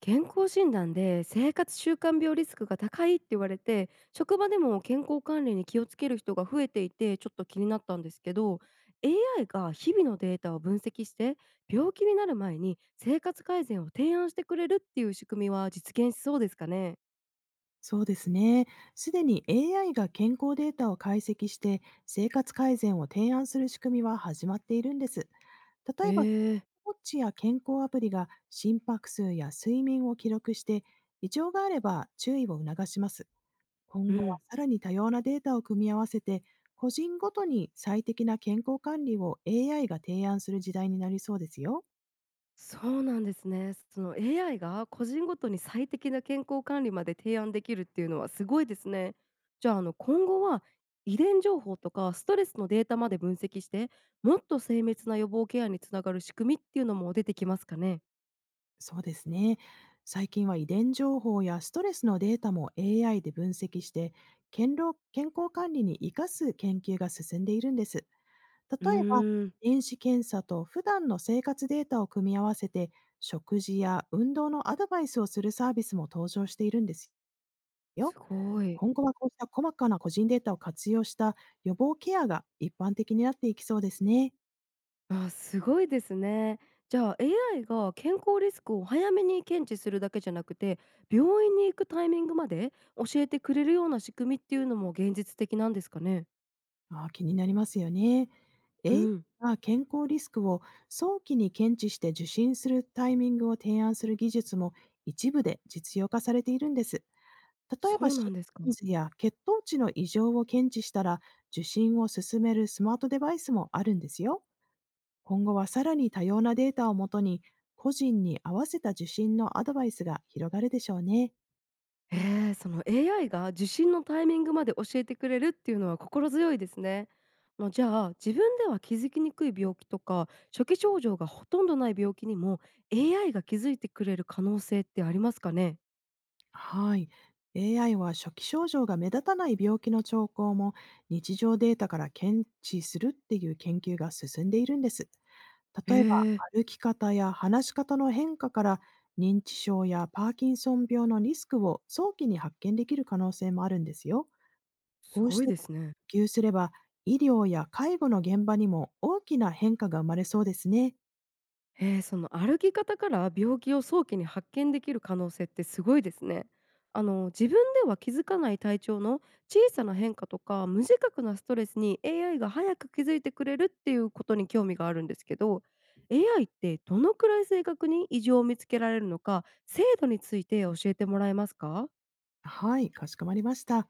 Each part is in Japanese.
健康診断で生活習慣病リスクが高いって言われて、職場でも健康管理に気をつける人が増えていて、ちょっと気になったんですけど、 AI が日々のデータを分析して病気になる前に生活改善を提案してくれるっていう仕組みは実現しそうですかね？そうですね。すでに AI が健康データを解析して生活改善を提案する仕組みは始まっているんです。例ええば、えー。ウォッチや健康アプリが心拍数や睡眠を記録して、異常があれば注意を促します。う今後はん。さらに多様なデータを組み合わせて、個人ごとに最適な健康管理を AI が提案する時代になりそうですよ。そうなんですね。その AI が個人ごとに最適な健康管理まで提案できるっていうのはすごいですね。じゃあ今後は遺伝情報とかストレスのデータまで分析して、もっと精密な予防ケアにつながる仕組みっていうのも出てきますかね。そうですね。最近は遺伝情報やストレスのデータも AI で分析して、健康管理に生かす研究が進んでいるんです。例うえば、ーん。遺伝子検査と普段の生活データを組み合わせて、食事や運動のアドバイスをするサービスも登場しているんですよ。すごい。今後はこうした細かな個人データを活用した予防ケアが一般的になっていきそうですね。あ、すごいですね。じゃあ AI が健康リスクを早めに検知するだけじゃなくて、病院に行くタイミングまで教えてくれるような仕組みっていうのも現実的なんですかね。ああ、気になりますよね。えういん。が健康リスクを早期に検知して受診するタイミングを提案する技術も一部で実用化されているんです。例えそば、うな心んです電か。図や血糖値の異常を検知したら、受診を勧めるスマートデバイスもあるんですよ。今後はさらに多様なデータをもとに、個人に合わせた受診のアドバイスが広がるでしょうね。ええ、その AI が受診のタイミングまで教えてくれるっていうのは心強いですね。まあ、じゃあ自分では気づきにくい病気とか初期症状がほとんどない病気にも AI が気づいてくれる可能性ってありますかね？はい。AI は初期症状が目立たない病気の兆候も日常データから検知するっていう研究が進んでいるんです。へ例えば、え。歩き方や話し方の変化から認知症やパーキンソン病のリスクを早期に発見できる可能性もあるんですよ。すこうしごいたですね。研究すれば、医療や介護の現場にも大きな変化が生まれそうですね。その歩き方から病気を早期に発見できる可能性ってすごいですね。自分では気づかない体調の小さな変化とか無自覚なストレスに AI が早く気づいてくれるっていうことに興味があるんですけど、 AI ってどのくらい正確に異常を見つけられるのか、精度について教えてもらえますか？はい、かしこまりました。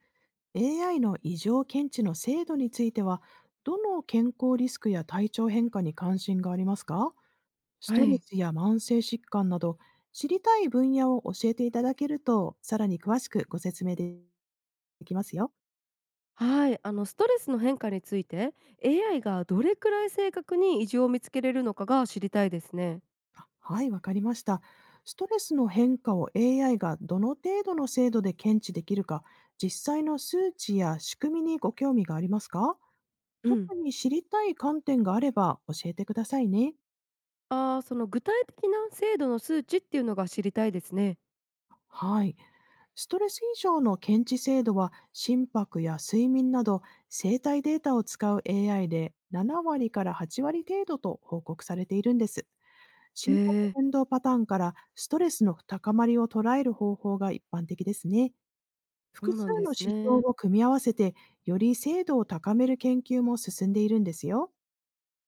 AI の異常検知の精度については、どの健康リスクや体調変化に関心がありますか？スはトレい。スや慢性疾患など、知りたい分野を教えていただけると、さらに詳しくご説明できますよ。はい、ストレスの変化について AI がどれくらい正確に異常を見つけれるのかが知りたいですね。はい、わかりました。ストレスの変化を AI がどの程度の精度で検知できるか、実際の数値や仕組みにご興味がありますか？うん。特に知りたい観点があれば教えてくださいね。ああ、その具体的な精度の数値っていうのが知りたいですね。はい。ストレス以上の検知精度は、心拍や睡眠など生体データを使う AI で7割から8割程度と報告されているんです。へ心拍え、変動パターンからストレスの高まりを捉える方法が一般的ですね。そ複う数なんでのす指標ね。を組み合わせて、より精度を高める研究も進んでいるんですよ。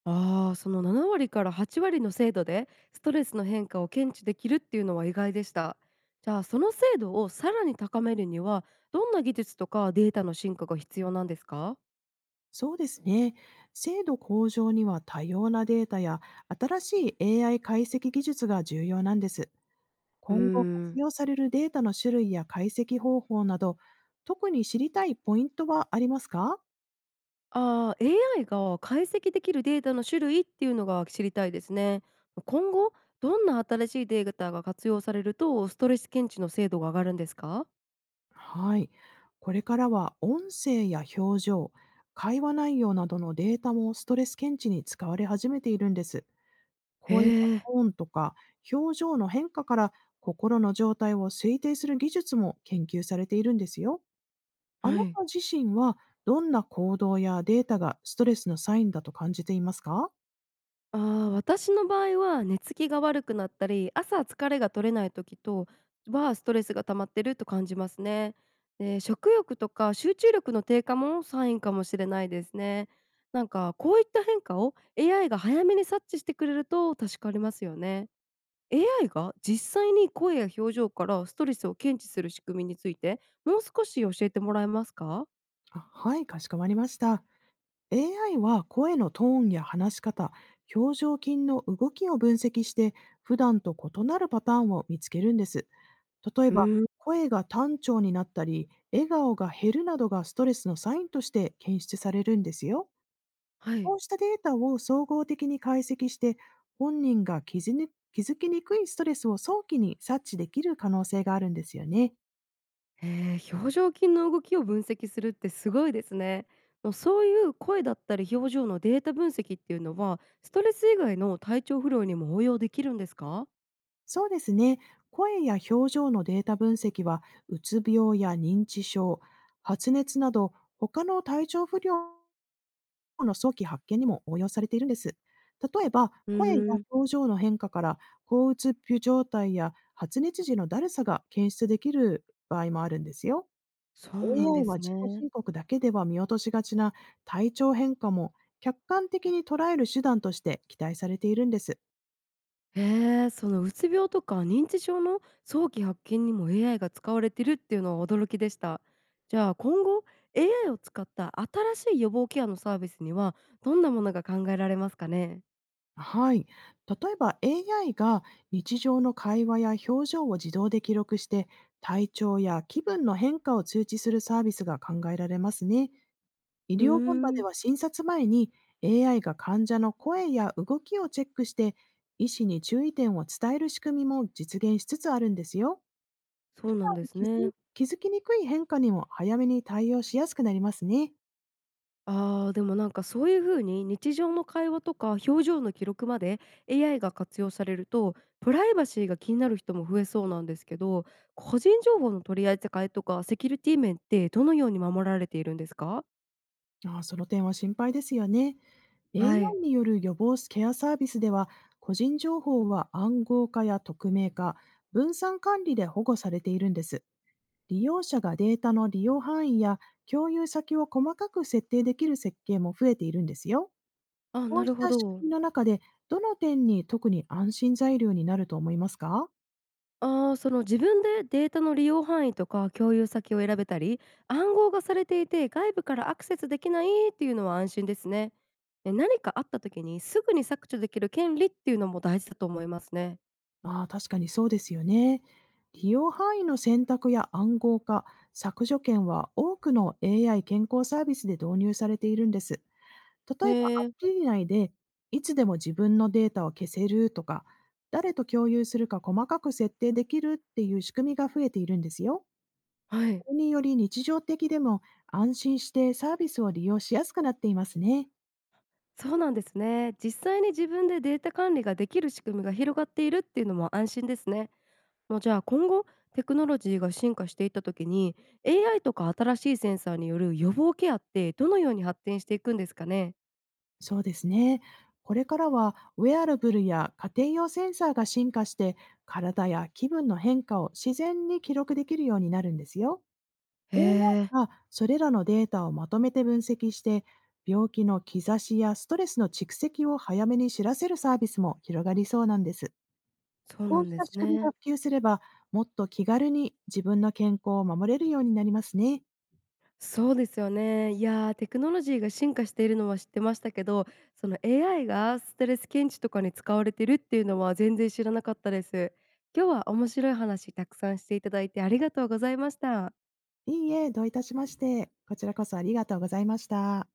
ああ、その7割から8割の精度でストレスの変化を検知できるっていうのは意外でした。じゃあその精度をさらに高めるには、どんな技術とかデータの進化が必要なんですか？そうですね。精度向上には多様なデータや新しい AI 解析技術が重要なんです。うー今後活ん。用されるデータの種類や解析方法など、特に知りたいポイントはありますか？ああ、AI が解析できるデータの種類っていうのが知りたいですね。今後どんな新しいデータが活用されるとストレス検知の精度が上がるんですか？はい。これからは音声や表情、会話内容などのデータもストレス検知に使われ始めているんです。へ声やえ。トーンとか表情の変化から心の状態を推定する技術も研究されているんですよ。あはない。た自身は、どんな行動やデータがストレスのサインだと感じていますか？ああ、私の場合は寝つきが悪くなったり、朝疲れが取れない時とはストレスが溜まってると感じますね。で、食欲とか集中力の低下もサインかもしれないですね。なんかこういった変化を AI が早めに察知してくれると助かりますよね。AI が実際に声や表情からストレスを検知する仕組みについてもう少し教えてもらえますか？あ、はい、かしこまりました。AI は声のトーンや話し方、表情筋の動きを分析して、普段と異なるパターンを見つけるんです。例えうば、ーん。声が単調になったり、笑顔が減るなどがストレスのサインとして検出されるんですよ。はこい。うしたデータを総合的に解析して、本人が気づきにくいストレスを早期に察知できる可能性があるんですよね。へえ、表情筋の動きを分析するってすごいですね。もうそういう声だったり表情のデータ分析っていうのは、ストレス以外の体調不良にも応用できるんですか？そうですね。声や表情のデータ分析は、うつ病や認知症、発熱など、他の体調不良の早期発見にも応用されているんです。例えば、う声やーん。表情の変化から、抗うつ病状態や発熱時のだるさが検出できる場合もあるんですよ。そうなん AI ではす自己ね。申告だけでは見落としがちな体調変化も客観的に捉える手段として期待されているんです。へえ、そのうつ病とか認知症の早期発見にも AI が使われてるっていうのは驚きでした。じゃあ今後 AI を使った新しい予防ケアのサービスにはどんなものが考えられますかね？はい。例えば、 AI が日常の会話や表情を自動で記録して、体調や気分の変化を通知するサービスが考えられますね。医うー療現場でん。は診察前に AI が患者の声や動きをチェックして、医師に注意点を伝える仕組みも実現しつつあるんですよ。そ普うなん段です気ね。づ気づきにくい変化にも早めに対応しやすくなりますね。あー、でもなんかそういう風に日常の会話とか表情の記録まで AI が活用されると、プライバシーが気になる人も増えそうなんですけど、個人情報の取り扱いとかセキュリティ面ってどのように守られているんですか？ああ、その点は心配ですよね。はい。AI による予防ケアサービスでは、個人情報は暗号化や匿名化、分散管理で保護されているんです。利用者がデータの利用範囲や共有先を細かく設定できる設計も増えているんですよ。あ、こなうるしほた仕ど。組みの中で、どの点に特に安心材料になると思いますか？ああ、その自分でデータの利用範囲とか共有先を選べたり、暗号がされていて外部からアクセスできないっていうのは安心ですね。え、何かあった時にすぐに削除できる権利っていうのも大事だと思いますね。ああ、確かにそうですよね。利用範囲の選択や暗号化、削除権は多くの AI 健康サービスで導入されているんです。へ例えば、アえ。プリ内でいつでも自分のデータを消せるとか、誰と共有するか細かく設定できるっていう仕組みが増えているんですよ。はい。これにより、日常的でも安心してサービスを利用しやすくなっていますね。そうなんですね。実際に自分でデータ管理ができる仕組みが広がっているっていうのも安心ですね。もうじゃあ今後テクノロジーが進化していった時に AI とか新しいセンサーによる予防ケアってどのように発展していくんですかね？そうですね。これからはウェアラブルや家庭用センサーが進化して、体や気分の変化を自然に記録できるようになるんですよ。へえ、AI がそれらのデータをまとめて分析して、病気の兆しやストレスの蓄積を早めに知らせるサービスも広がりそうなんです。そうこなうんしでたす仕組みがね。普及すれば、もっと気軽に自分の健康を守れるようになりますね。そうですよね。いやー、テクノロジーが進化しているのは知ってましたけど、その AI がストレス検知とかに使われてるっていうのは全然知らなかったです。今日は面白い話たくさんしていただいてありがとうございました。いいえ、どういたしまして。こちらこそありがとうございました。